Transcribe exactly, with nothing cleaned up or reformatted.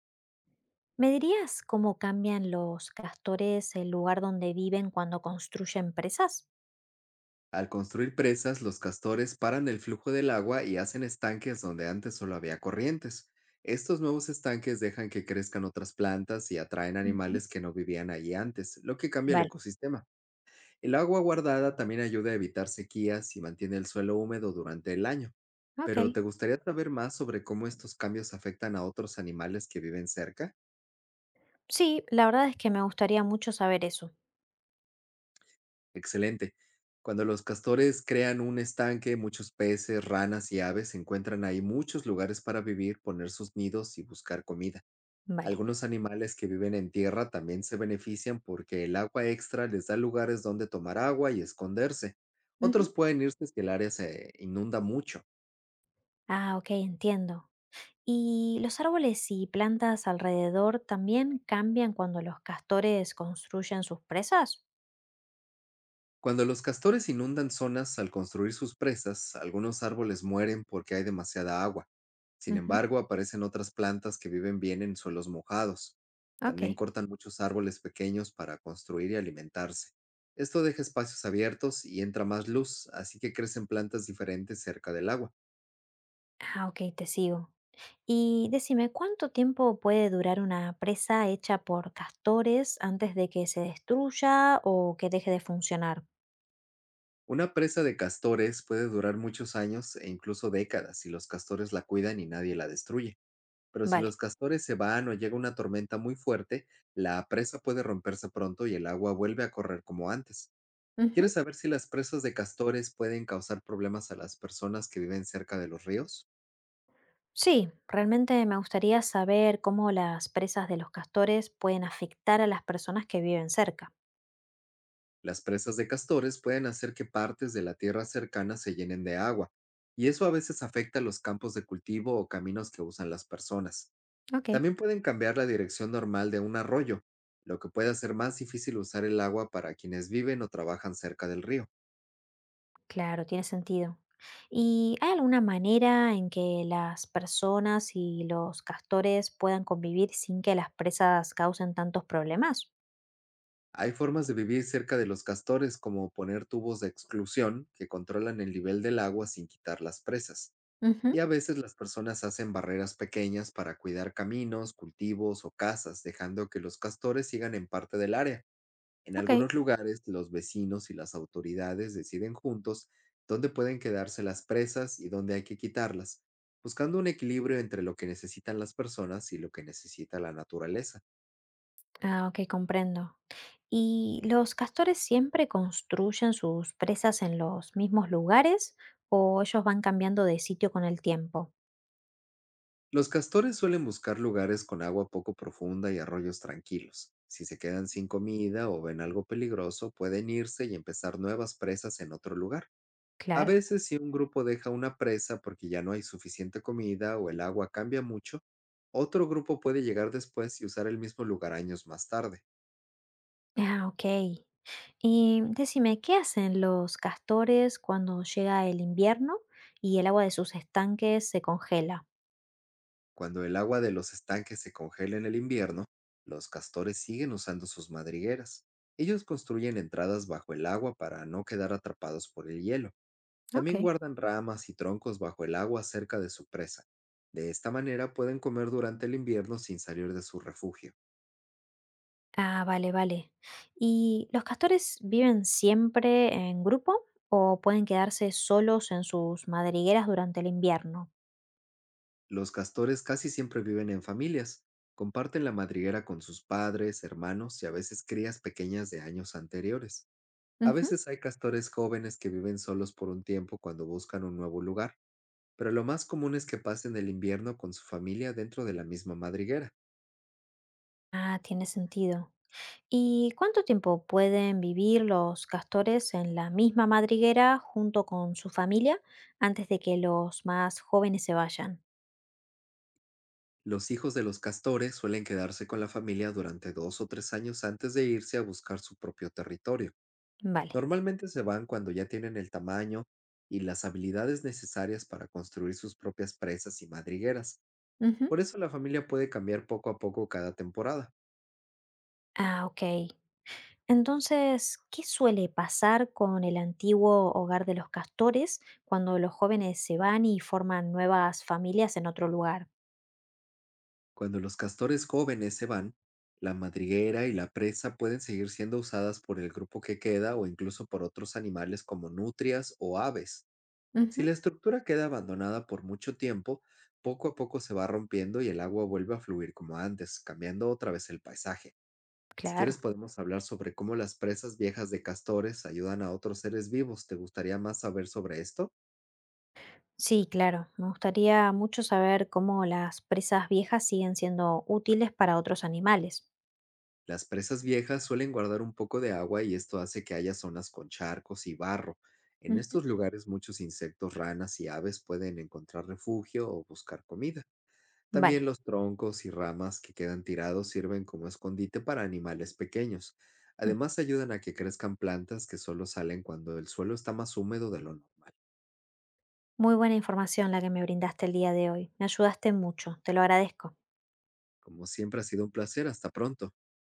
¿Me dirías cómo cambian los castores el lugar donde viven cuando construyen presas? Al construir presas, los castores paran el flujo del agua y hacen estanques donde antes solo había corrientes. Estos nuevos estanques dejan que crezcan otras plantas y atraen Ujú. animales que no vivían allí antes, lo que cambia el Vale, ecosistema. El agua guardada también ayuda a evitar sequías y mantiene el suelo húmedo durante el año. ok. Pero ¿te gustaría saber más sobre cómo estos cambios afectan a otros animales que viven cerca? Sí, la verdad es que me gustaría mucho saber eso. Excelente. Cuando los castores crean un estanque, muchos peces, ranas y aves encuentran ahí muchos lugares para vivir, poner sus nidos y buscar comida. Vale. Algunos animales que viven en tierra también se benefician porque el agua extra les da lugares donde tomar agua y esconderse. Ujú. Otros pueden irse si el área se inunda mucho. Ah, ok, entiendo. ¿Y los árboles y plantas alrededor también cambian cuando los castores construyen sus presas? Cuando los castores inundan zonas al construir sus presas, algunos árboles mueren porque hay demasiada agua. Sin Ujú, embargo, aparecen otras plantas que viven bien en suelos mojados. ok. También cortan muchos árboles pequeños para construir y alimentarse. Esto deja espacios abiertos y entra más luz, así que crecen plantas diferentes cerca del agua. Ah, ok, te sigo. Y decime, ¿cuánto tiempo puede durar una presa hecha por castores antes de que se destruya o que deje de funcionar? Una presa de castores puede durar muchos años e incluso décadas si los castores la cuidan y nadie la destruye. Pero si Vale. los castores se van o llega una tormenta muy fuerte, la presa puede romperse pronto y el agua vuelve a correr como antes. Ujú. ¿Quieres saber si las presas de castores pueden causar problemas a las personas que viven cerca de los ríos? Sí, realmente me gustaría saber cómo las presas de los castores pueden afectar a las personas que viven cerca. Las presas de castores pueden hacer que partes de la tierra cercana se llenen de agua, y eso a veces afecta los campos de cultivo o caminos que usan las personas. Ok. También pueden cambiar la dirección normal de un arroyo, lo que puede hacer más difícil usar el agua para quienes viven o trabajan cerca del río. Claro, tiene sentido. ¿Y hay alguna manera en que las personas y los castores puedan convivir sin que las presas causen tantos problemas? Hay formas de vivir cerca de los castores, como poner tubos de exclusión que controlan el nivel del agua sin quitar las presas. Y Ujú, a veces las personas hacen barreras pequeñas para cuidar caminos, cultivos o casas, dejando que los castores sigan en parte del área. En ok. algunos lugares, los vecinos y las autoridades deciden juntos dónde pueden quedarse las presas y dónde hay que quitarlas, buscando un equilibrio entre lo que necesitan las personas y lo que necesita la naturaleza. Ah, ok, comprendo. ¿Y los castores siempre construyen sus presas en los mismos lugares o ellos van cambiando de sitio con el tiempo? Los castores suelen buscar lugares con agua poco profunda y arroyos tranquilos. Si se quedan sin comida o ven algo peligroso, pueden irse y empezar nuevas presas en otro lugar. A Claro. veces, si un grupo deja una presa porque ya no hay suficiente comida o el agua cambia mucho, otro grupo puede llegar después y usar el mismo lugar años más tarde. Ah, ok. Y decime, ¿qué hacen los castores cuando llega el invierno y el agua de sus estanques se congela? Cuando el agua de los estanques se congela en el invierno, los castores siguen usando sus madrigueras. Ellos construyen entradas bajo el agua para no quedar atrapados por el hielo. Ok. También guardan ramas y troncos bajo el agua cerca de su presa. De esta manera pueden comer durante el invierno sin salir de su refugio. Ah, vale, vale. ¿Y los castores viven siempre en grupo o pueden quedarse solos en sus madrigueras durante el invierno? Los castores casi siempre viven en familias. Comparten la madriguera con sus padres, hermanos y a veces crías pequeñas de años anteriores. A Ujú. veces hay castores jóvenes que viven solos por un tiempo cuando buscan un nuevo lugar, pero lo más común es que pasen el invierno con su familia dentro de la misma madriguera. Ah, tiene sentido. ¿Y cuánto tiempo pueden vivir los castores en la misma madriguera junto con su familia antes de que los más jóvenes se vayan? Los hijos de los castores suelen quedarse con la familia durante dos o tres años antes de irse a buscar su propio territorio. Vale. Normalmente se van cuando ya tienen el tamaño y las habilidades necesarias para construir sus propias presas y madrigueras. Ujú. Por eso la familia puede cambiar poco a poco cada temporada. Ah, ok. Entonces, ¿qué suele pasar con el antiguo hogar de los castores cuando los jóvenes se van y forman nuevas familias en otro lugar? Cuando los castores jóvenes se van, la madriguera y la presa pueden seguir siendo usadas por el grupo que queda o incluso por otros animales como nutrias o aves. Si Ujú. la estructura queda abandonada por mucho tiempo, poco a poco se va rompiendo y el agua vuelve a fluir como antes, cambiando otra vez el paisaje. Si quieres Claro. podemos hablar sobre cómo las presas viejas de castores ayudan a otros seres vivos. ¿Te gustaría más saber sobre esto? Sí, claro. Me gustaría mucho saber cómo las presas viejas siguen siendo útiles para otros animales. Las presas viejas suelen guardar un poco de agua y esto hace que haya zonas con charcos y barro. En Ujú. estos lugares muchos insectos, ranas y aves pueden encontrar refugio o buscar comida. También Vale. los troncos y ramas que quedan tirados sirven como escondite para animales pequeños. Además ayudan a que crezcan plantas que solo salen cuando el suelo está más húmedo de lo normal. Muy buena información la que me brindaste el día de hoy. Me ayudaste mucho, te lo agradezco. Como siempre ha sido un placer, hasta pronto.